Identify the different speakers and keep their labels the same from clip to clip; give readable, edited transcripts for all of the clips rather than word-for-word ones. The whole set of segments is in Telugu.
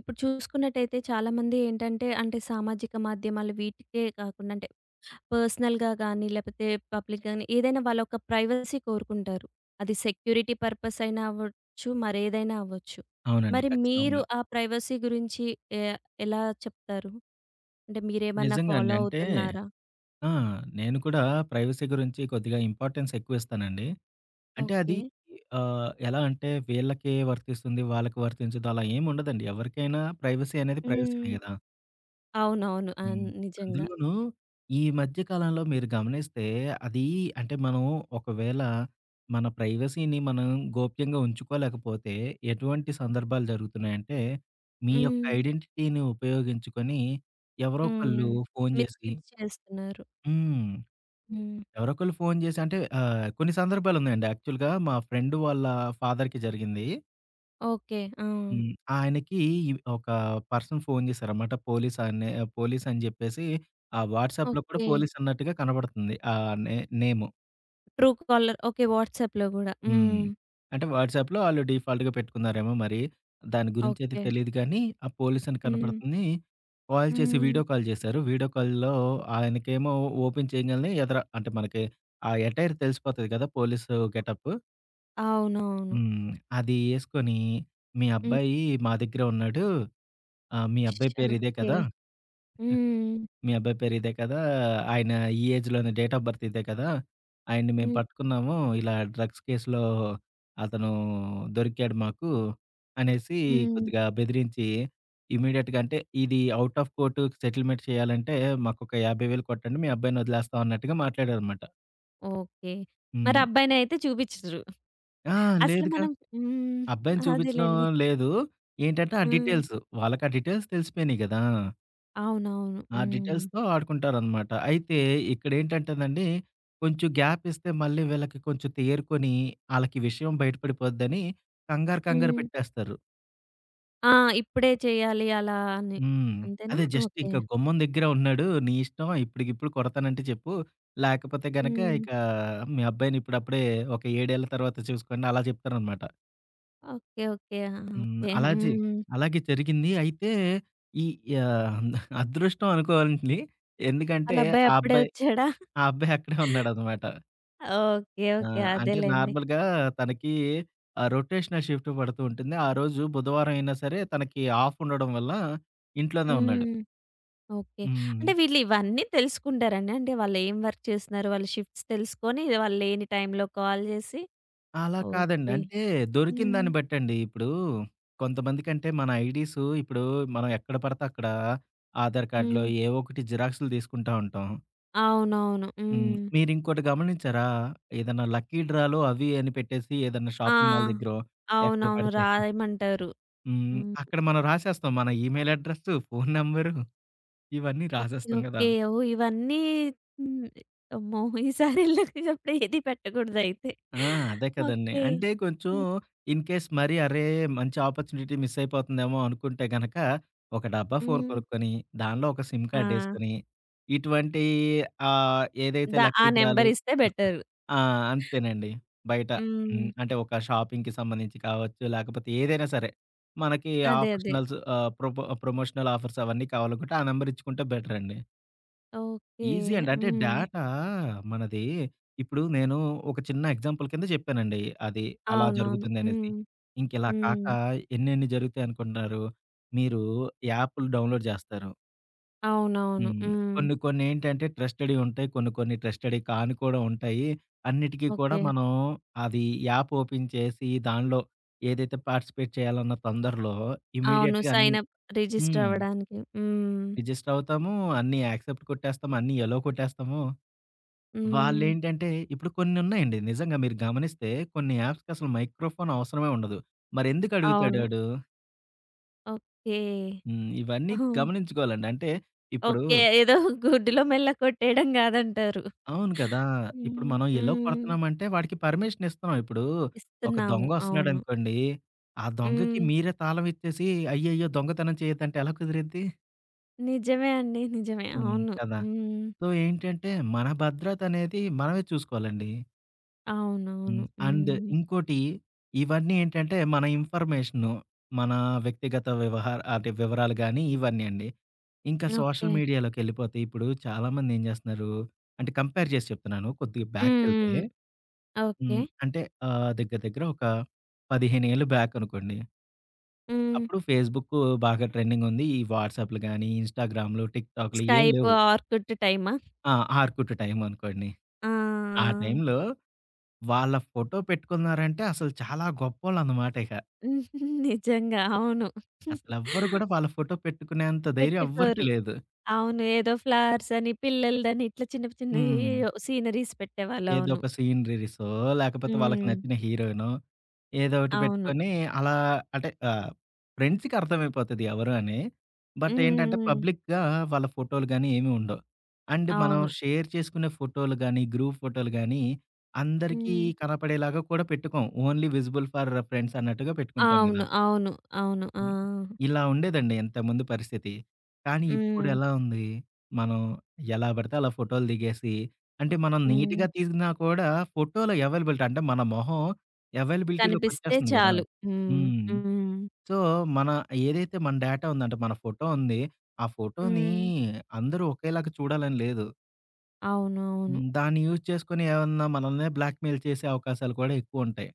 Speaker 1: ఇప్పుడు చూసుకున్నట్టయితే చాలామంది ఏంటంటే, అంటే సామాజిక మాధ్యమాలు వీటికే కాకుండా పర్సనల్‌గా గానీ, లేపోతే పబ్లిక్ గానీ ఏదైనా వాళ్ళొక ప్రైవసీ కోరుకుంటారు. అది సెక్యూరిటీ పర్పస్ అయినా అవ్వచ్చు, మరేదైనా అవ్వచ్చు.
Speaker 2: అవునండి.
Speaker 1: మరి మీరు
Speaker 2: ఖచ్చితంగా.
Speaker 1: ఆ ప్రైవసీ గురించి ఎ ఎలా చెప్తారు? అంటే మీరేమన్నా
Speaker 2: నిజంగా అండి.
Speaker 1: ఫాలో
Speaker 2: అంటే
Speaker 1: అవుతున్నారా?
Speaker 2: ఆ! నేను కూడా ప్రైవసీ గురించి కొద్దిగా ఇంపార్టెన్స్ ఎక్కువిస్తానండి. అంటే అది
Speaker 1: ఓకే.
Speaker 2: ఎలా అంటే వీళ్ళకే వర్తిస్తుంది, వాళ్ళకి వర్తించదు అలా ఏముండదండి. ఎవరికైనా ప్రైవసీ అనేది ప్రైవసీనే
Speaker 1: హ్మ్.
Speaker 2: గదా!
Speaker 1: అవునవును.
Speaker 2: హ్మ్.
Speaker 1: నిజంగా.
Speaker 2: అందులోనూ ఈ మధ్య కాలంలో మీరు గమనిస్తే అది అంటే మనం ఒకవేళ మన ప్రైవసీని మనం గోప్యంగా ఉంచుకోలేకపోతే ఎటువంటి సందర్భాలు జరుగుతున్నాయంటే, మీ యొక్క
Speaker 1: హ్మ్.
Speaker 2: ఐడెంటిటీని ఉపయోగించుకొని ఎవరో
Speaker 1: హ్మ్.
Speaker 2: ఒకళ్ళు ఫోను జేసి
Speaker 1: మిస్‌యూజ్ చేస్తున్నారు.
Speaker 2: హ్మ్.
Speaker 1: హ్మ్.
Speaker 2: ఎవరో ఒకళ్ళు ఫోను జేసి కొన్ని సందర్భాలున్నాయండి. యాక్చువల్‌గా మా ఫ్రెండ్ వాళ్ళ ఫాదర్‌కి జరిగింది.
Speaker 1: ఓకే. ఆ!
Speaker 2: హ్మ్. ఆయనకి ఒక పర్సన్ ఫోను చేశారన్నమాట. పోలీస్ అని చెప్పేసి ఆ వాట్సాప్‌లో కూడా
Speaker 1: ఓకే.
Speaker 2: పోలీస్ అన్నట్టుగా కనబడుతుంది. ఆ నే నేము.
Speaker 1: True caller. ఓకే. వాట్సాప్‌లో గూడా.
Speaker 2: హ్మ్.
Speaker 1: హ్మ్.
Speaker 2: అంటే వాట్సాప్‌లో ఆళ్ళు డిఫాల్ట్‌గా పెట్టుకున్నారేమో మరి. దాని గురించైతే
Speaker 1: ఓకే.
Speaker 2: తెలీదు కానీ, ఆ పోలీస్ అని
Speaker 1: హ్మ్.
Speaker 2: కనపడుతుంది. కాల్ చేసి
Speaker 1: హ్మ్.
Speaker 2: వీడియో కాల్ చేశారు. వీడియో కాల్‌లో ఆయనకేమో ఓపెన్ చేయంగాల్నే ఎదర అంటే మనకి ఆ అటైర్ తెలిసిపోతది కదా! Police getup.
Speaker 1: అవునవును.
Speaker 2: హ్మ్. అది యేసుకొని, "మీ
Speaker 1: హ్మ్.
Speaker 2: అబ్బాయి మా దగ్గరే ఉన్నాడు. మీ అబ్బాయి పేరు ఇదే
Speaker 1: ఓకే.
Speaker 2: కదా!"
Speaker 1: హ్మ్.
Speaker 2: మీ అబ్బాయి పేరు ఇదే కదా! ఆయన ఈ ఏజ్‌లోనే డేట్ ఆఫ్ బర్త్ ఇదే కదా! ఆయన్ని మేము
Speaker 1: హ్మ్.
Speaker 2: పట్టుకున్నాము. ఇలా డ్రగ్స్ కేసులో అతను దొరికాడు మాకు అనేసి
Speaker 1: హ్మ్.
Speaker 2: కొద్దిగా బెదిరించి ఇమ్మీడియేట్‌గా అంటే ఇది ఔట్ ఆఫ్ కోర్ట్ సెటిల్‌మెంట్ చేయాలంటే మాకొక 50,000 కొట్టండి. మీ అబ్బాయిని వదిలేస్తాం అన్నట్టుగా మాట్లాడారన్నమాట.
Speaker 1: ఓకే. మరి
Speaker 2: హ్మ్.
Speaker 1: అబ్బాయినైతే చూపిచ్చరు.
Speaker 2: ఆ!
Speaker 1: అసలు
Speaker 2: లేదుగా.
Speaker 1: మనం హ్మ్.
Speaker 2: అబ్బాయిని చూపించడం
Speaker 1: అదేలెండి.
Speaker 2: లేదు. ఏంటంటే ఆ
Speaker 1: ఆ!
Speaker 2: డీటెయిల్స్. వాళ్ళకి ఆ డీటెయిల్స్ తెలిసిపోయినాయి గదా!
Speaker 1: అవునవును.
Speaker 2: ఆ
Speaker 1: హ్మ్.
Speaker 2: డీటెయిల్స్‌తో ఆడుకుంటారనమాట. అయితే ఇక్కడేంటంటేనండి, కొంచెం గ్యాప్ ఇస్తే మళ్ళీ వీళ్ళకి కొంచెం తేరుకొని, ఆళ్ళకి విషయం బయటపడిపోద్దని కంగారు కంగారు
Speaker 1: హ్మ్.
Speaker 2: పెట్టేస్తారు.
Speaker 1: ఆ! ఇప్పుడే చేయాలి అలా అని.
Speaker 2: హ్మ్.
Speaker 1: అంతేనా?
Speaker 2: అదే జస్ట్
Speaker 1: ఓకే.
Speaker 2: ఇంక గుమ్మం దగ్గరే ఉన్నాడు. నీ ఇష్టం ఇప్పటికిప్పుడు కొడతానంటే చెప్పు. లేకపోతే గనక
Speaker 1: హ్మ్.
Speaker 2: ఇక మీ అబ్బాయిని ఇప్పుడప్పుడే ఒక 7 ఏళ్ల తర్వాత చూసుకోండి అలా చెప్తారనమాట.
Speaker 1: ఓకే. ఓకే. ఆ!
Speaker 2: హ్మ్.
Speaker 1: ఓకే. హ్మ్.
Speaker 2: అలాగే జరిగింది. అయితే ఈ యాహ్! అదృష్టం అనుకోవాలి. ఎందుకంటే
Speaker 1: ఆళ్ళబ్బాయి
Speaker 2: ఆ
Speaker 1: అప్పుడే
Speaker 2: అబ్బాయి
Speaker 1: వచ్చాడా?
Speaker 2: ఆ అబ్బాయి అక్కడే ఉన్నాడనమాట.
Speaker 1: ఓకే.
Speaker 2: ఆ!
Speaker 1: ఓకే.
Speaker 2: అంటే
Speaker 1: అదేలెండి.
Speaker 2: నార్మల్‌గా తనకి రొటేషనల్ షిఫ్ట్ పడుతూ ఉంటుంది. ఆ రోజు బుధవారం అయినా సరే తనకి ఆఫ్ ఉండడం వల్ల ఇంట్లోనే ఉన్నాడు.
Speaker 1: హ్మ్. ఓకే.
Speaker 2: హ్మ్.
Speaker 1: అంటే వీళ్ళు ఇవన్నీ తెలుసుకుంటారండి? అంటే వాళ్ళు ఏం వర్క్ చేస్తున్నారు? వాళ్ళ షిఫ్ట్స్ తెలుసుకొని వాళ్ళు లేని టైంలో కాల్ జేసి
Speaker 2: అలా కాదండి.
Speaker 1: ఓకే.
Speaker 2: అంటే దొరికిన
Speaker 1: హ్మ్.
Speaker 2: దాన్ని బట్టండి. ఇప్పుడు కొంతమందికంటే మన ఐడీస్ ఇప్పుడు మనం ఎక్కడ పడితే అక్కడ ఆధార్ కార్డ్‌లో
Speaker 1: హ్మ్.
Speaker 2: ఏవో ఒకటి జిరాక్స్‌లు తీసుకుంటా ఉంటాం.
Speaker 1: అవునవును.
Speaker 2: హ్మ్.
Speaker 1: హ్మ్.
Speaker 2: మీరింకోటి గమనించారా? ఏదన్నా లక్కీ డ్రాలు అవి అని పెట్టేసి ఏదన్నా
Speaker 1: ఆ!
Speaker 2: షాపింగ్ మాల్ దగ్గరో ఎక్కడో
Speaker 1: అవునవును.
Speaker 2: పెడితే
Speaker 1: రాయమంటారు.
Speaker 2: హ్మ్.
Speaker 1: హ్మ్.
Speaker 2: అక్కడ మనం రాసేస్తాం. మన ఈమెయిల్ అడ్రెస్సు, ఫోను నంబరు. ఇవన్నీ
Speaker 1: ఓకే.
Speaker 2: రాసేస్తాం గదా!
Speaker 1: ఓకే. ఓహ్! ఇవన్నీ హ్మ్. అమ్మో! ఈసారి ఎళ్ళేటప్పుడు ఏది పెట్టకూడదయితే.
Speaker 2: ఆ! అదే కదండీ.
Speaker 1: ఓకే.
Speaker 2: అంటే కొంచెం
Speaker 1: హ్మ్.
Speaker 2: ఇన్ కేస్ మరీ అరే! మంచి ఆపర్చునిటీ మిస్ అయిపోతుందేమో అనుకుంటే గనక, ఒక డబ్బా ఫోను
Speaker 1: హ్మ్.
Speaker 2: కొనుక్కొని, దానిలో ఒక సిమ్
Speaker 1: ఆ!
Speaker 2: కార్డేసుకొని, ఇటువంటి ఏదైతే
Speaker 1: ఆ
Speaker 2: లక్కీ డ్రాలు
Speaker 1: నంబరిస్తే బెటరు.
Speaker 2: ఆ! అంతేనండి. బయట
Speaker 1: హ్మ్.
Speaker 2: హ్మ్. అంటే ఒక షాపింగ్‌కి సంబంధించి కావచ్చు, లేకపోతే ఏదైనా సరే. మనకి
Speaker 1: అదే. అదే.
Speaker 2: ఆఫర్షనల్స్ ఆహ్, ప్రొపో ప్రమోషనల్ ఆఫర్స్ అవన్నీ కావాలనుకుంటే ఆ నంబర్ ఇచ్చుకుంటే బెటరండి.
Speaker 1: ఓకే.
Speaker 2: ఈజీ అండి. అంటే
Speaker 1: హ్మ్.
Speaker 2: డేటా మనది ఇప్పుడు నేను ఒక చిన్న ఎగ్జాంపుల్ కింద చెప్పానండి. అది అలా
Speaker 1: అవునవును.
Speaker 2: జరుగుతుందనేసి.
Speaker 1: హ్మ్.
Speaker 2: ఇంకిలా కాక
Speaker 1: హ్మ్.
Speaker 2: ఎన్నెన్ని జరుగుతాయనుకుంటున్నారు? మీరు యాప్‌లు డౌన్‌లోడ్ జేస్తారు.
Speaker 1: అవునవును.
Speaker 2: హ్మ్.
Speaker 1: హ్మ్.
Speaker 2: కొన్నేంటంటే ట్రస్టెడ్‌వి ఉంటాయి. కొన్ని కొన్ని ట్రస్టెడ్‌వి కాని కూడా ఉంటాయి. అన్నిటికి కూడా
Speaker 1: ఓకే.
Speaker 2: మనం అది యాప్ ఓపెన్ చేసి దానిలో ఏదైతే పార్టిసిపేట్ చేయాలన్న తొందరలో
Speaker 1: అవును.
Speaker 2: ఇమ్మీడియేట్‌గా అన్నీ
Speaker 1: సైన్ అప్ రిజిస్టర్
Speaker 2: హ్మ్.
Speaker 1: అవ్వడానికి. హ్మ్.
Speaker 2: రిజిస్టర్ అవుతాము. అన్నీ యాక్సెప్ట్ కొట్టేస్తాము. అన్నీ ఎలో కొట్టేస్తాము.
Speaker 1: హ్మ్.
Speaker 2: వాళ్ళేంటంటే ఇప్పుడు కొన్నున్నాయండి. నిజంగా మీరు గమనిస్తే కొన్ని యాప్స్‌కసలు మైక్రోఫోన్ అవసరమే ఉండదు. మరెందుకు అడుగుతాడు
Speaker 1: అవును.
Speaker 2: ఆడు?
Speaker 1: ఓకే.
Speaker 2: హ్మ్. ఇవన్నీ
Speaker 1: ఓహో,
Speaker 2: గమనించుకోవాలండి. అంటే ఇప్పుడు
Speaker 1: ఓకే. ఏదో గుడ్డిలో మెల్ల కొట్టేయడం గాదంటారు.
Speaker 2: అవును కదా! ఇప్పుడు
Speaker 1: హ్మ్.
Speaker 2: మనం ఎల్లో
Speaker 1: హ్మ్.
Speaker 2: కొడుతున్నామంటే వాడికి పర్మిషన్ ఇస్తున్నాం. ఇప్పుడు ఒక
Speaker 1: ఇస్తున్నాము. అవును.
Speaker 2: దొంగొస్తున్నాడనుకోండి, ఆ దొంగకి
Speaker 1: హ్మ్.
Speaker 2: మీరే తాళం ఇచ్చేసి అయ్యయ్యో! దొంగతనం చేయొద్దంటే ఎలా కుదిరిద్ది?
Speaker 1: నిజమే అండి. నిజమే.
Speaker 2: హ్మ్.
Speaker 1: అవును.
Speaker 2: కదా!
Speaker 1: హ్మ్.
Speaker 2: సో, ఏంటంటే మన భద్రతనేది మనమే చూసుకోవాలండి.
Speaker 1: అవునవును.
Speaker 2: హ్మ్. అండ్
Speaker 1: హ్మ్.
Speaker 2: ఇంకోటి ఇవన్నీ ఏంటంటే మన ఇన్ఫర్మేషను, మన వ్యక్తిగత వ్యవహార అంటే వివరాలు గానీ ఇవన్నీ అండి. ఇంకా
Speaker 1: ఓకే.
Speaker 2: సోషల్ మీడియాలోకెళ్ళిపోతే ఇప్పుడు చాలామంది ఏం జేస్తున్నారు అంటే కంపేర్ జేసి చెప్తున్నాను. కొద్దిగా
Speaker 1: హ్మ్.
Speaker 2: బ్యాక్‌కెళ్తే
Speaker 1: హ్మ్. ఓకే.
Speaker 2: హ్మ్. దగ్గర దగ్గర ఒక 15 ఏళ్ళు బ్యాక్ అనుకోండి.
Speaker 1: హ్మ్.
Speaker 2: అప్పుడు ఫేస్‌బుక్ బాగా ట్రెండింగ్ ఉంది. ఈ వాట్సాప్‌లు గానీ, ఇన్‌స్టాగ్రామ్‌లు, టిక్‌టాక్‌లు ఏం
Speaker 1: స్కైప్,
Speaker 2: లేవు.
Speaker 1: ఆర్కుట్ టైమా?
Speaker 2: ఆ! ఆర్కుట్ టైం అనుకోండి.
Speaker 1: ఆ! ఆ!
Speaker 2: ఆ టైంలో వాళ్ళ ఫోటో పెట్టుకున్నారంటే అసలు చాలా గొప్పోళ్ళన్నమాట ఇక.
Speaker 1: నిజంగా. అవును.
Speaker 2: అసలెవ్వరు గూడా వాళ్ళ ఫోటో పెట్టుకునేంత ధైర్యం ఎవ్వరికీ
Speaker 1: పెట్టుకోరు.
Speaker 2: లేదు.
Speaker 1: అవును. ఏదో ఫ్లవర్స్ అని, పిల్లలదని ఇట్లా చిన్నయి
Speaker 2: హ్మ్.
Speaker 1: సీనరీస్ పెట్టేవాళ్ళు.
Speaker 2: ఏదో
Speaker 1: అవును.
Speaker 2: ఒక సీనరీసో, లేకపోతే వాళ్ళకి
Speaker 1: హ్మ్.
Speaker 2: నచ్చిన హీరోయినో ఏదో ఒకటి
Speaker 1: అవును.
Speaker 2: పెట్టుకొని అలా అంటే ఆహ్, ఫ్రెండ్స్‌కి అర్థమైపోతది ఎవరు అని. బట్ ఏంటంటే
Speaker 1: హ్మ్.
Speaker 2: పబ్లిక్‌గా వాళ్ళ ఫోటోలు గానీ ఏమి ఉండవు. అండ్ మనం
Speaker 1: అవును.
Speaker 2: షేర్ చేసుకునే ఫోటోలు గానీ, గ్రూప్ ఫోటోలు గానీ అందరికీ
Speaker 1: హ్మ్.
Speaker 2: కనపడేలాగా కూడా పెట్టుకోం. ఓన్లీ విజిబుల్ ఫర్ ఫ్రెండ్స్ అన్నట్టుగా పెట్టుకుంటాం గదా!
Speaker 1: అవును. అవును. అవును. ఆ!
Speaker 2: హ్మ్. ఇలా ఉండేదండి ఇంతకుముందు పరిస్థితి. కానీ
Speaker 1: హ్మ్.
Speaker 2: ఇప్పుడెలా ఉంది, మనం ఎలా పడితే అలా ఫోటోలు దిగేసి అంటే మనం
Speaker 1: హ్మ్.
Speaker 2: నీట్‌గా తీసినా కూడా ఫోటోలో అవైలబిలిటీ అంటే మన మొహం
Speaker 1: కనిపిస్తే
Speaker 2: అవైలబిలిటీలోకొచ్చేస్తుంది గదా!
Speaker 1: చాలు. హ్మ్.
Speaker 2: హ్మ్.
Speaker 1: హ్మ్.
Speaker 2: సో, మన ఏదైతే మన డేటా ఉందంటే మన ఫోటో ఉంది. ఆ ఫోటోని
Speaker 1: హ్మ్.
Speaker 2: అందరూ ఒకేలాగా చూడాలని లేదు.
Speaker 1: అవును. అవును.
Speaker 2: హ్మ్. దాన్ని యూజ్ చేసుకొని ఏమన్నా మనల్నే బ్లాక్‌మెయిల్ చేసే అవకాశాలు కూడా ఎక్కువుంటాయి.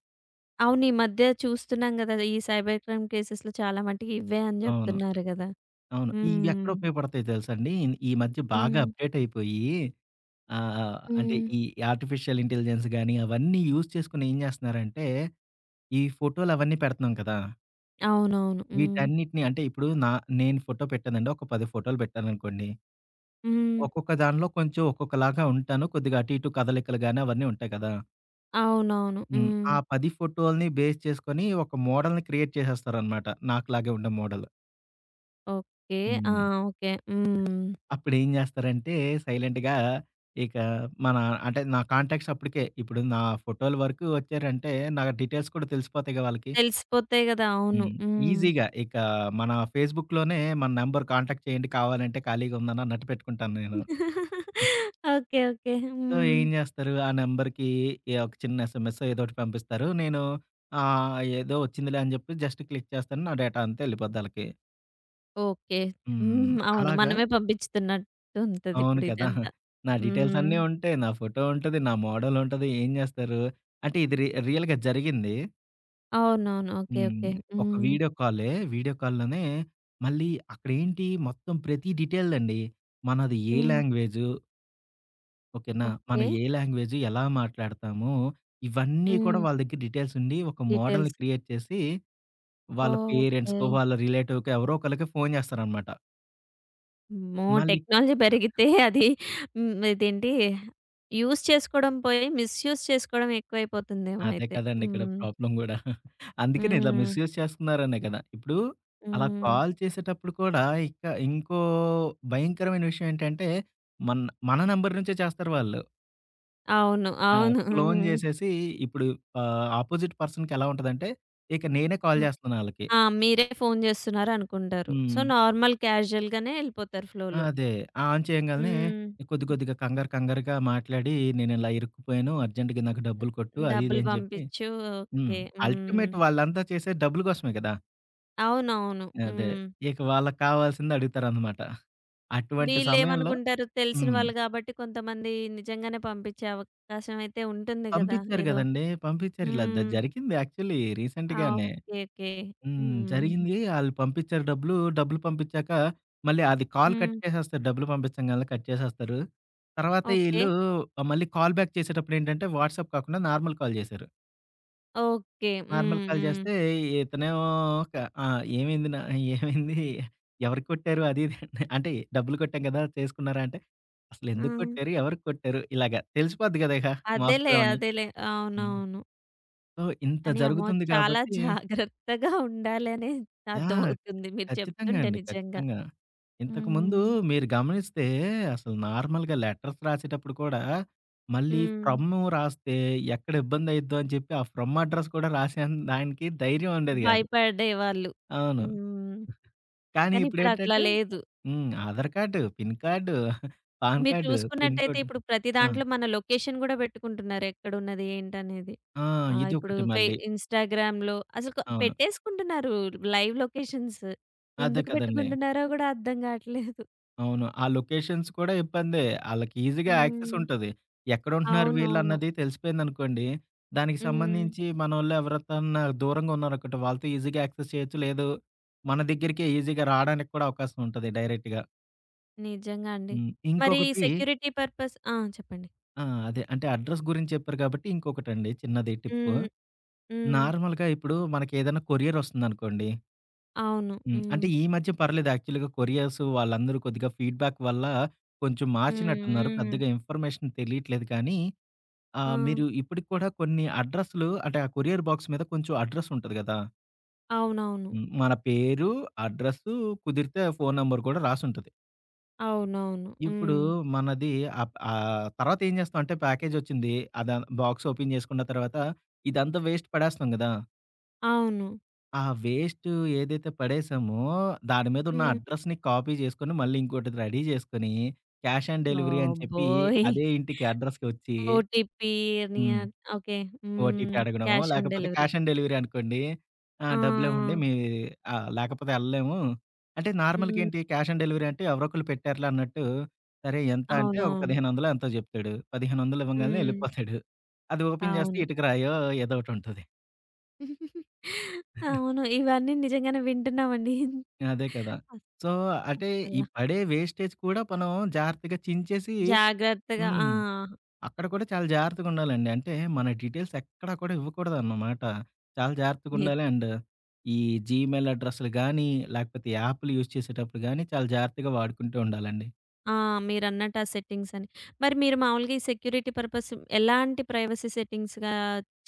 Speaker 1: అవును. ఈ మధ్య చూస్తున్నాం గదా! ఈ సైబర్ క్రైమ్ కేసెస్‌లో చాలా మటికి ఇవ్వే అని
Speaker 2: అవును.
Speaker 1: జెప్తున్నారు గదా!
Speaker 2: అవును. ఇవెక్కడ
Speaker 1: హ్మ్.
Speaker 2: ఉపయోగపడతాయి తెలుసండి? ఈ మధ్య బాగా
Speaker 1: హ్మ్.
Speaker 2: అప్‌డేట్ అయిపోయి ఆ! ఆ! అంటే
Speaker 1: హ్మ్.
Speaker 2: ఈ ఆర్టిఫిషియల్ ఇంటెలిజెన్స్ గాని, అవన్నీ యూజ్ చేసుకొని ఏం చేస్తున్నారంటే, ఈ ఫోటోలవన్నీ పెడుతున్నాం కదా!
Speaker 1: అవునవును. హ్మ్.
Speaker 2: వీటన్నిటిని అంటే ఇప్పుడు నా నేను ఫోటో పెట్టానండి. ఒక 10 ఫోటోలు పెట్టాననుకోండి.
Speaker 1: హ్మ్.
Speaker 2: ఒక్కొక్క దానిలో కొంచెం ఒక్కొక్కలాగా ఉంటాను. కొద్దిగా అటు ఇటు కదలికలు గాని అవన్నీ ఉంటాయి కదా!
Speaker 1: అవునవును.
Speaker 2: హ్మ్.
Speaker 1: హ్మ్.
Speaker 2: ఆ 10 ఫోటోల్ని బేస్ చేసుకొని ఒక మోడల్‌ని క్రియేట్ చేసేస్తారనమాట. నాకులాగే ఉండే మోడల్.
Speaker 1: ఓకే. ఆ!
Speaker 2: హ్మ్.
Speaker 1: ఓకే. హ్మ్.
Speaker 2: అప్పుడేం జేస్తారంటే, సైలెంట్‌గా ఇక మన అంటే, నా కాంటాక్ట్స్ అప్పటికే ఇప్పుడు నా ఫోటోల వరకు వచ్చారంటే, నా డీటెయిల్స్ కూడా తెలిసిపోతాయిగా వాళ్ళకి.
Speaker 1: తెలిసిపోతాయి గదా! అవును.
Speaker 2: హ్మ్.
Speaker 1: హ్మ్.
Speaker 2: ఈజీగా ఇక మన ఫేస్‌బుక్‌లోనే మన నంబర్ కాంటాక్ట్ చేయండి కావాలంటే ఖాళీగా ఉన్నాను అన్నట్టు పెట్టుకుంటాను నేను.
Speaker 1: ఓకే. ఓకే.
Speaker 2: సో,
Speaker 1: హ్మ్.
Speaker 2: ఏం జేస్తారు ఆ నంబర్‌కి ఏ ఒక చిన్న ఎస్ఎంఎస్ ఏదో ఒకటి పంపిస్తారు. ఏదో వచ్చిందిలే అని జెప్పి జస్ట్ క్లిక్ చేస్తాను. నా డేటా అంతా ఎళ్ళిపోద్ది ఆళ్ళకి.
Speaker 1: ఓకే.
Speaker 2: హ్మ్.
Speaker 1: హ్మ్. అవును.
Speaker 2: అలాగా
Speaker 1: మనమే పంపించుతున్నట్టు
Speaker 2: అవును
Speaker 1: ఉంటదిప్పుడు
Speaker 2: కదా!
Speaker 1: ఇదంతా.
Speaker 2: నా డీటెయిల్స్
Speaker 1: హ్మ్.
Speaker 2: అన్నీ ఉంటాయి. నా ఫోటో ఉంటది. నా మోడల్ ఉంటది. ఏం జేస్తారు? అంటే ఇది రియల్‌గా జరిగింది.
Speaker 1: అవునవును. ఓకే. ఓకే.
Speaker 2: హ్మ్. ఒక
Speaker 1: హ్మ్.
Speaker 2: వీడియో కాలే. వీడియో కాల్‌లోనే మళ్ళీ అక్కడేంటి మొత్తం ప్రతి డీటెయిల్ అండి. మనది ఏ
Speaker 1: హ్మ్.
Speaker 2: లాంగ్వేజు ఓకేనా? మన
Speaker 1: ఓకే.
Speaker 2: ఏ లాంగ్వేజు, ఎలా మాట్లాడతాము, ఇవన్నీ కూడా
Speaker 1: హ్మ్.
Speaker 2: వాళ్ళ దగ్గర డీటెయిల్స్ ఉండి ఒక మోడల్‌ని
Speaker 1: డీటెయిల్స్.
Speaker 2: క్రియేట్ చేసి వాళ్ళ
Speaker 1: ఓకే.
Speaker 2: పేరెంట్స్‌కో, వాళ్ళ రిలేటివ్‌కో ఎవరో ఒకళ్ళకి ఫోను జేస్తారనమాట.
Speaker 1: అమ్మో!
Speaker 2: మళ్ళీ
Speaker 1: టెక్నాలజీ పెరిగితే అది హ్మ్. ఇదేంటి యూజ్ చేసుకోవడం పోయి మిస్‌యూజ్ చేసుకోవడం ఎక్కువైపోతుందేమో
Speaker 2: అదే
Speaker 1: అయితే.
Speaker 2: కదండీ ఇక్కడ
Speaker 1: హ్మ్.
Speaker 2: ప్రాబ్లమ్ గూడా. అందుకనే ఇలా
Speaker 1: హ్మ్.
Speaker 2: మిస్‌యూజ్ చేస్తున్నారనే కదా! ఇప్పుడు అలా
Speaker 1: హ్మ్.
Speaker 2: కాల్ చేసేటప్పుడు కూడా ఇక ఇంకో భయంకరమైన విషయం ఏంటంటే, మన మన నంబర్ నుంచే చేస్తారు వాళ్ళు.
Speaker 1: అవును.
Speaker 2: ఆ!
Speaker 1: అవును.
Speaker 2: క్లోన్
Speaker 1: హ్మ్.
Speaker 2: జేసేసి ఇప్పుడు అపోజిట్ పర్సన్‌కి ఎలా ఉంటదంటే, ఇక నేనే కాల్
Speaker 1: హ్మ్.
Speaker 2: జేస్తున్నాను ఆళ్ళకి.
Speaker 1: ఆ! మీరే ఫోను చేస్తున్నారనుకుంటారు. సో,
Speaker 2: హ్మ్.
Speaker 1: నార్మల్ క్యాజుయల్‌గానే ఎళ్ళిపోతారు ఫ్లోలో.
Speaker 2: అదే. ఆ ఆన్ చేయంగాల్నే
Speaker 1: హ్మ్.
Speaker 2: కొద్ది కొద్దిగా కంగారు కంగారుగా మాట్లాడి, నేనిలా ఇరుక్కుపోయాను అర్జెంట్‌గా నాకు డబ్బులు కొట్టు అది ఇది
Speaker 1: డబ్బులు
Speaker 2: అని జెప్పి
Speaker 1: పంపించు
Speaker 2: హ్మ్.
Speaker 1: ఓకే. హ్మ్.
Speaker 2: అల్టిమేట్ వాళ్ళంతా చేసేది డబ్బుల కోసమే కదా!
Speaker 1: అవునవును.
Speaker 2: అదే.
Speaker 1: హ్మ్.
Speaker 2: ఇక వాళ్ళకి కావాల్సింది అడుగుతారనమాట. అటువంటి సమయంలో
Speaker 1: వీళ్ళేమనుకుంటారు తెలిసిన
Speaker 2: హ్మ్.
Speaker 1: వాళ్ళు కాబట్టి కొంతమంది నిజంగానే పంపించే అవకాశం అయితే ఉంటుంది గదా!
Speaker 2: పంపించారు
Speaker 1: ఏదో
Speaker 2: గదండీ! పంపించారు. ఇలా
Speaker 1: హ్మ్.
Speaker 2: జరిగింది యాక్చువల్లీ
Speaker 1: ఆ!
Speaker 2: రీసెంట్‌గానే.
Speaker 1: ఓకే. ఓకే.
Speaker 2: హ్మ్.
Speaker 1: హ్మ్.
Speaker 2: జరిగింది. ఆళ్ళు పంపించారు డబ్బులు. డబ్బులు పంపించాక మళ్ళీ అది కాల్ కట్
Speaker 1: హ్మ్.
Speaker 2: చేసేస్తారు. డబ్బులు పంపించంగాల్నే కట్ చేసేస్తారు. తర్వాత
Speaker 1: ఓకే.
Speaker 2: ఈళ్ళు మళ్ళీ కాల్ బ్యాక్ చేసేటప్పుడేంటంటే, వాట్సాప్ కాకుండా నార్మల్ కాల్ జేశారు.
Speaker 1: ఓకే.
Speaker 2: నార్మల్
Speaker 1: హ్మ్.
Speaker 2: కాల్
Speaker 1: హ్మ్.
Speaker 2: చేస్తే ఇతనేమో క ఆ! "ఏమైంది ఏమైంది? ఎవరు కొట్టారు?" అది ఇది అని. అంటే డబ్బులు కొట్టాం కదా! చేసుకున్నారా? అంటే అసలెందుకు
Speaker 1: హ్మ్.
Speaker 2: కొట్టారు? ఎవరికి కొట్టారు? ఇలాగ తెలిసిపోద్ది కదా! ఇక
Speaker 1: అదేలే.
Speaker 2: మోసపోయామని.
Speaker 1: అదేలే.
Speaker 2: హ్మ్.
Speaker 1: అవునవును.
Speaker 2: సో, ఇంత
Speaker 1: కానీ అమ్మో!
Speaker 2: జరుగుతుంది
Speaker 1: చాలా
Speaker 2: కాబట్టి
Speaker 1: జాగ్రత్తగా ఉండాలనే
Speaker 2: యాహ్!
Speaker 1: అర్థమవుతుంది మీరు
Speaker 2: ఖచ్చితంగా
Speaker 1: చెప్తుంటే
Speaker 2: అండి.
Speaker 1: నిజంగా.
Speaker 2: ఖచ్చితంగా. ఇంతకుముందు
Speaker 1: హ్మ్.
Speaker 2: మీరు గమనిస్తే అసలు నార్మల్‌గా లెటర్స్ రాసేటప్పుడు కూడా మళ్ళీ
Speaker 1: హ్మ్.
Speaker 2: ఫ్రమ్ రాస్తే ఎక్కడ ఇబ్బందయిద్దో అని చెప్పి ఆ ఫ్రమ్ అడ్రస్ కూడా రాసే దానికి ధైర్యం ఉండేది కాదు.
Speaker 1: భయపడేవాళ్ళు.
Speaker 2: అవును.
Speaker 1: హ్మ్.
Speaker 2: కానీ
Speaker 1: కానీ ఇప్పుడు అట్లా
Speaker 2: ఇప్పుడేంటంటే
Speaker 1: లేదు.
Speaker 2: హ్మ్. Aadhaar card, pin card, PAN
Speaker 1: మీరు
Speaker 2: కార్డ్, పిన్
Speaker 1: చూసుకున్నట్టయితే
Speaker 2: కోడ్.
Speaker 1: ఇప్పుడు ప్రతి
Speaker 2: ఆ!
Speaker 1: దాంట్లో మన లొకేషన్ గూడా పెట్టుకుంటున్నారు. ఎక్కడున్నది ఏంటనేది.
Speaker 2: ఆ!
Speaker 1: ఆ! ఇప్పుడు
Speaker 2: ఇదొకటి మళ్ళీ.
Speaker 1: ఇన్‌స్టాగ్రామ్‌లో అసలు
Speaker 2: అవును.
Speaker 1: పెట్టేసుకుంటున్నారు లైవ్ లొకేషన్స్.
Speaker 2: అదే
Speaker 1: ఎందుకు
Speaker 2: కదండీ.
Speaker 1: పెట్టుకుంటున్నారో గూడా అర్థం గాట్లేదు.
Speaker 2: అవును. ఆ లొకేషన్స్ కూడా ఇబ్బందే. ఆళ్ళకి ఈజీగా యాక్సెస్
Speaker 1: హ్మ్.
Speaker 2: ఉంటది. ఎక్కడుంటున్నారు
Speaker 1: అవునవును.
Speaker 2: వీళ్ళన్నది తెలిసిపోయిందనుకోండి, దానికి
Speaker 1: హ్మ్.
Speaker 2: సంబంధించి మనోళ్ళు ఎవరితన్నా దూరంగా ఉన్నారనుకుంటే వాళ్ళతో ఈజీగా యాక్సెస్ చేయొచ్చు. లేదు మన దగ్గరికే ఈజీగా రావడానికి కూడా అవకాశం ఉంటది డైరెక్ట్‌గా.
Speaker 1: నిజంగా అండి.
Speaker 2: హ్మ్.
Speaker 1: మరి
Speaker 2: ఇంకొకటి
Speaker 1: సెక్యూరిటీ పర్పస్ ఆ! చెప్పండి.
Speaker 2: ఆ! అదే. అంటే అడ్రెస్ గురించి చెప్పారు కాబట్టి ఇంకొకటండి చిన్నది టిప్పు.
Speaker 1: హ్మ్. హ్మ్.
Speaker 2: నార్మల్‌గా ఇప్పుడు మనకేదైనా కొరియరొస్తుందనుకోండి.
Speaker 1: అవును.
Speaker 2: హ్మ్.
Speaker 1: హ్మ్.
Speaker 2: అంటే ఈ మధ్య పర్లేదు యాక్చువల్‌గా కొరియర్స్ వాళ్ళందరూ కొద్దిగా ఫీడ్‌బ్యాక్ వల్ల కొంచెం
Speaker 1: హ్మ్.
Speaker 2: మార్చినట్టున్నారు.
Speaker 1: హ్మ్.
Speaker 2: పెద్దగా ఇన్ఫర్మేషన్ తెలియట్లేదు కానీ
Speaker 1: ఆ!
Speaker 2: మీరు ఇప్పటికి కూడా కొన్ని అడ్రస్‌లు అంటే ఆ కొరియర్ బాక్స్ మీద కొంచెం అడ్రస్ ఉంటది గదా!
Speaker 1: అవునవును.
Speaker 2: హ్మ్. మన పేరు, అడ్రస్సు కుదిరితే ఫోను నంబర్ కూడా రాసుంటది.
Speaker 1: అవునవును.
Speaker 2: ఇప్పుడు
Speaker 1: హ్మ్.
Speaker 2: మనది ఆహ్, ఆహ్, తర్వాత ఏం జేస్తాం అంటే ప్యాకేజొచ్చింది. అద బాక్స్ ఓపెన్ జేసుకున్న తర్వాత ఇదంతా వేస్ట్ పడేస్తాం గదా!
Speaker 1: అవును.
Speaker 2: ఆ వేస్ట్ ఏదైతే పడేసామో, దాని మీద ఉన్న
Speaker 1: హ్మ్.
Speaker 2: అడ్రస్‌ని కాపీ చేసుకొని, మళ్ళీ ఇంకోటి రెడీ చేసుకొని, క్యాష్ ఆన్ డెలివరీ అని చెప్పి,
Speaker 1: బాబోయ్!
Speaker 2: అదే ఇంటికి అడ్రస్‌కి వచ్చి
Speaker 1: ఓటీపీ అని
Speaker 2: హ్మ్.
Speaker 1: ఓకే.
Speaker 2: ఓటీపీ
Speaker 1: హ్మ్.
Speaker 2: అడగడం,
Speaker 1: క్యాష్ ఆన్
Speaker 2: లేకపోతే
Speaker 1: డెలివరీ.
Speaker 2: క్యాష్ ఆన్ డెలివరీ అనుకోండి. ఆ!
Speaker 1: ఆ!
Speaker 2: డబ్బులివ్వండి
Speaker 1: ఆ!
Speaker 2: మీ లేకపోతే ఎళ్ళలేము. అంటే నార్మల్‌గా
Speaker 1: హ్మ్.
Speaker 2: ఏంటి క్యాష్ ఆన్ డెలివరీ అంటే ఎవరో ఒకళ్ళు పెట్టారులే అన్నట్టు, సరే ఎంత అంటే ఒక
Speaker 1: అవునవును.
Speaker 2: 1500 ఎంతో చెప్తాడు. 1500 ఇవ్వంగాల్నే
Speaker 1: హ్మ్.
Speaker 2: ఎళ్ళిపోతాడు. అది ఓపెన్ చేస్తే
Speaker 1: అవును.
Speaker 2: ఇటుకరాయో ఏదో ఒకటుంటది.
Speaker 1: అవును. ఇవన్నీ నిజంగానే వింటున్నామండి.
Speaker 2: అదే కదా! సో, అంటే ఈ
Speaker 1: అలా
Speaker 2: పడే వేస్టేజ్ కూడా మనం జాగ్రత్తగా చించేసి
Speaker 1: జాగ్రత్తగా ఆ!
Speaker 2: హ్మ్. అక్కడ కూడా చాలా జాగ్రత్తగుండాలండి. అంటే మన డీటెయిల్స్ ఎక్కడా కూడా ఇవ్వకూడదన్నమాట. చాలా
Speaker 1: ని
Speaker 2: జాగ్రత్తగుండాలి. అండ్ ఈ జీమెయిల్ అడ్రెస్‌లు గానీ, లేకపోతే యాప్‌లు యూజ్ చేసేటప్పుడు గానీ, చాలా జాగ్రత్తగా వాడుకుంటూ ఉండాలండి.
Speaker 1: ఆ! మీరన్నట్టు ఆ సెట్టింగ్స్ అని. మరి మీరు మామూలుగా ఈ సెక్యూరిటీ పర్పస్ ఎలాంటి ప్రైవసీ సెట్టింగ్స్‌గా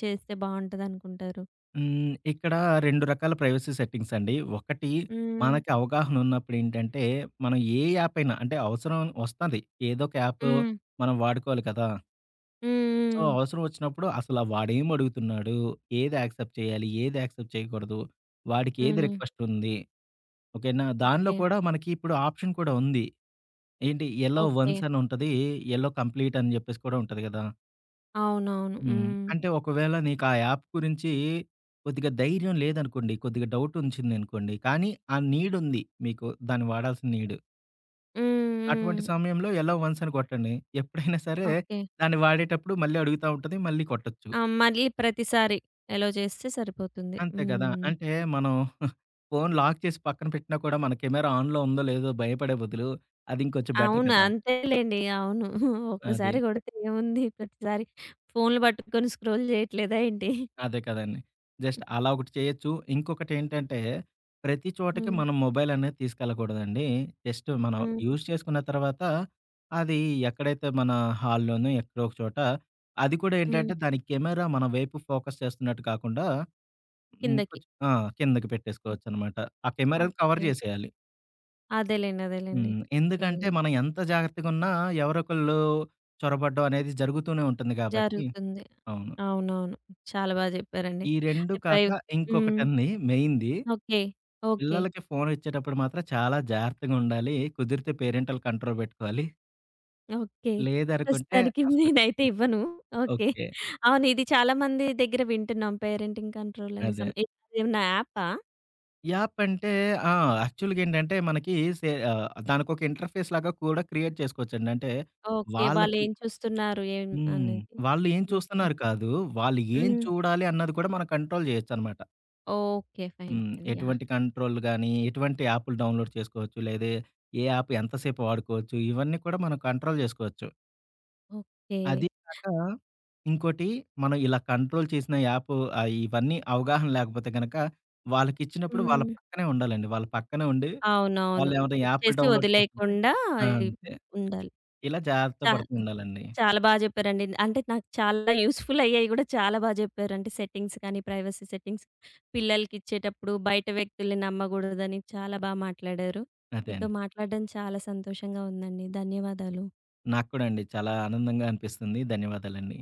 Speaker 1: చేస్తే బావుంటదనుకుంటారు?
Speaker 2: హ్మ్. ఇక్కడ 2 రకాల ప్రైవసీ సెట్టింగ్స్ అండి. ఒకటి
Speaker 1: హ్మ్.
Speaker 2: మనకి అవగాహన ఉన్నప్పుడేంటంటే, మనం ఏ యాప్ అయినా అంటే అవసరం వస్తది. ఏదో ఒక యాప్
Speaker 1: హ్మ్.
Speaker 2: మనం వాడుకోవాలి కదా!
Speaker 1: హ్మ్.
Speaker 2: సో,
Speaker 1: హ్మ్.
Speaker 2: అవసరం వచ్చినప్పుడు అసల వాడేం అడుగుతున్నాడు? ఏది యాక్సెప్ట్ చేయాలి? ఏది యాక్సెప్ట్ చేయకూడదు? వాడికి ఏది
Speaker 1: హ్మ్.
Speaker 2: రిక్వెస్ట్ ఉంది? ఓకేనా? దానిలో
Speaker 1: ఓకే.
Speaker 2: కూడా మనకి ఇప్పుడు ఆప్షన్ కూడా ఉంది. ఏంటి యెల్లో
Speaker 1: ఓకే.
Speaker 2: వన్స్ అని ఉంటది. యెల్లో కంప్లీట్ అని చెప్పేసి కూడా ఉంటది గదా!
Speaker 1: అవునవును.
Speaker 2: హ్మ్.
Speaker 1: హ్మ్.
Speaker 2: అంటే ఒకవేళ నీకు ఆ యాప్ గురించి కొద్దిగా ధైర్యం లేదనుకోండి. కొద్దిగా డౌట్ ఉంచిందనుకోండి. కానీ ఆ నీడ్ ఉంది మీకు. దాన్ని వాడాల్సిన నీడ్.
Speaker 1: హ్మ్.
Speaker 2: అటువంటి
Speaker 1: హ్మ్.
Speaker 2: సమయంలో యెల్లో వన్స్ అని కొట్టండి. ఎప్పుడైనా సరే
Speaker 1: ఓకే.
Speaker 2: దాన్ని వాడేటప్పుడు మళ్ళీ అడుగుతా ఉంటది. మళ్ళీ కొట్టొచ్చు.
Speaker 1: ఆ! మళ్ళీ ప్రతిసారి ఎలో చేస్తే సరిపోతుంది.
Speaker 2: అంతే కదా!
Speaker 1: హ్మ్.
Speaker 2: అంటే మనం ఫోను లాక్ చేసి పక్కన పెట్టినా కూడా మన కెమెరా ఆన్‌లో ఉందో లేదో భయపడే బదులు అది ఇంకొంచెం బెటర్
Speaker 1: అవును.
Speaker 2: కదా!
Speaker 1: అంతేలెండి. అవును. ఒక్కసారి
Speaker 2: అది.
Speaker 1: కొడితే ఏముంది ప్రతిసారి ఫోన్‌లు పట్టుకొని స్క్రోల్ చేయట్లేదా ఏంటి?
Speaker 2: అదే కదండీ. జస్ట్ అలా ఒకటి చేయొచ్చు. ఇంకొకటేంటంటే ప్రతి చోటకి
Speaker 1: హ్మ్.
Speaker 2: మనం మొబైల్ అనేది తీసుకెళ్ళకూడదండి. జస్ట్ మనం
Speaker 1: హ్మ్.
Speaker 2: యూజ్ చేసుకున్న తర్వాత అది ఎక్కడైతే మన హాల్‌లోనో ఎక్కడో ఒక చోట అది కూడా
Speaker 1: హ్మ్.
Speaker 2: ఏంటంటే దాని కెమెరా మన వైపు ఫోకస్ చేస్తున్నట్టు కాకుండా
Speaker 1: కిందకి.
Speaker 2: ఇంకొంచెం కిందకి పెట్టేసుకోవచ్చనమాట. ఆ కెమెరాని కవర్
Speaker 1: ఓకే.
Speaker 2: చేసేయాలి.
Speaker 1: అదేలెండి. అదేలెండి.
Speaker 2: హ్మ్.
Speaker 1: ఓకే.
Speaker 2: ఎందుకంటే, మనం ఎంత జాగ్రత్తగున్నా ఎవరొకళ్ళు చొరబడ్డం అనేది జరుగుతూనే ఉంటుంది గాబట్టి
Speaker 1: జరుగుతుంది.
Speaker 2: అవును.
Speaker 1: అవునవును. చాలా బాగా చెప్పారండి.
Speaker 2: ఈ 2
Speaker 1: ప్రై
Speaker 2: కాక
Speaker 1: హ్మ్.
Speaker 2: ఇంకొకటండి మెయిన్‌ది
Speaker 1: ఓకే. ఓకే.
Speaker 2: పిల్లలకి ఫోనిచ్చేటప్పుడు మాత్రం చాలా జాగ్రత్తగుండాలి. కుదిరితే పేరెంటల్ కంట్రోల్ బెట్టుకోవాలి.
Speaker 1: ఓకే.
Speaker 2: లేదనుకుంటే
Speaker 1: ప్రస్తుతానికి
Speaker 2: అసలు
Speaker 1: నేనైతే ఇవ్వను. ఓకే.
Speaker 2: ఓకే.
Speaker 1: అవును. ఇది చాలా మంది దగ్గర వింటున్నాం పేరెంటింగ్ కంట్రోల్ అని
Speaker 2: అదే.
Speaker 1: సమ్ ఏదన్నా యాపా?
Speaker 2: యాప్ అంటే ఆ! యాక్చువల్‌గేంటంటే మనకి దానికొక ఇంటర్‌ఫేస్ లాగా కూడా క్రియేట్ చేసుకోవచ్చండి. అంటే
Speaker 1: ఓకే.
Speaker 2: వాళ్ళకి
Speaker 1: వాళ్ళేం చూస్తున్నారు ఏం
Speaker 2: హ్మ్.
Speaker 1: అనేది.
Speaker 2: వాళ్ళు ఏం
Speaker 1: ఓకే.
Speaker 2: చూస్తున్నారు కాదు, వాళ్ళు ఏం
Speaker 1: హ్మ్.
Speaker 2: చూడాలి అన్నది కూడా మనం కంట్రోల్ జేయొచ్చనమాట.
Speaker 1: ఓకే. ఫైన్.
Speaker 2: హ్మ్.
Speaker 1: ఫైన్. యాహ్!
Speaker 2: ఎటువంటి కంట్రోల్ గాని, ఎటువంటి యాప్‌లు డౌన్‌లోడ్ చేసుకోవచ్చు, లేదా ఏ యాప్ ఎంతసేపు వాడుకోవచ్చు, ఇవన్నీ కూడా మనం కంట్రోల్ జేసుకోవచ్చు.
Speaker 1: ఓకే.
Speaker 2: అదీ కాక ఇంకోటి మనం ఇలా కంట్రోల్ చేసిన యాప్ ఇవన్నీ అవగాహన లేకపోతే గనక వాళ్ళకిచ్చినప్పుడు వాళ్ళ
Speaker 1: హ్మ్.
Speaker 2: పక్కనే ఉండాలండి. వాళ్ళ పక్కనే ఉండి
Speaker 1: అవునవును.
Speaker 2: వాళ్ళేమైనా యాప్‌లు
Speaker 1: ఇచ్చేసి
Speaker 2: డౌన్‌లోడ్ చేస్తుంటే
Speaker 1: వదిలేయకుండా
Speaker 2: ఆ! అంతే.
Speaker 1: ఉండాలి.
Speaker 2: ఇలా జాగ్రత్త
Speaker 1: చా
Speaker 2: పడుతూ ఉండాలండి.
Speaker 1: చాలా బా జెప్పారండి. అంటే నాకు చాలా యూజ్‌ఫుల్ అయ్యాయి గూడా చాలా బా జెప్పారు. అంటే సెట్టింగ్స్ కానీ, ప్రైవసీ సెట్టింగ్స్ పిల్లలకిచ్చేటప్పుడు బయట వ్యక్తుల్ని నమ్మగూడదని చాలా బా మాట్లాడారు.
Speaker 2: అదే
Speaker 1: మీతో
Speaker 2: అండి.
Speaker 1: మాట్లాడడం చాలా సంతోషంగా ఉందండి. ధన్యవాదాలు.
Speaker 2: నాకు కూడా అండి చాలా ఆనందంగా అనిపిస్తుంది. ధన్యవాదాలండి.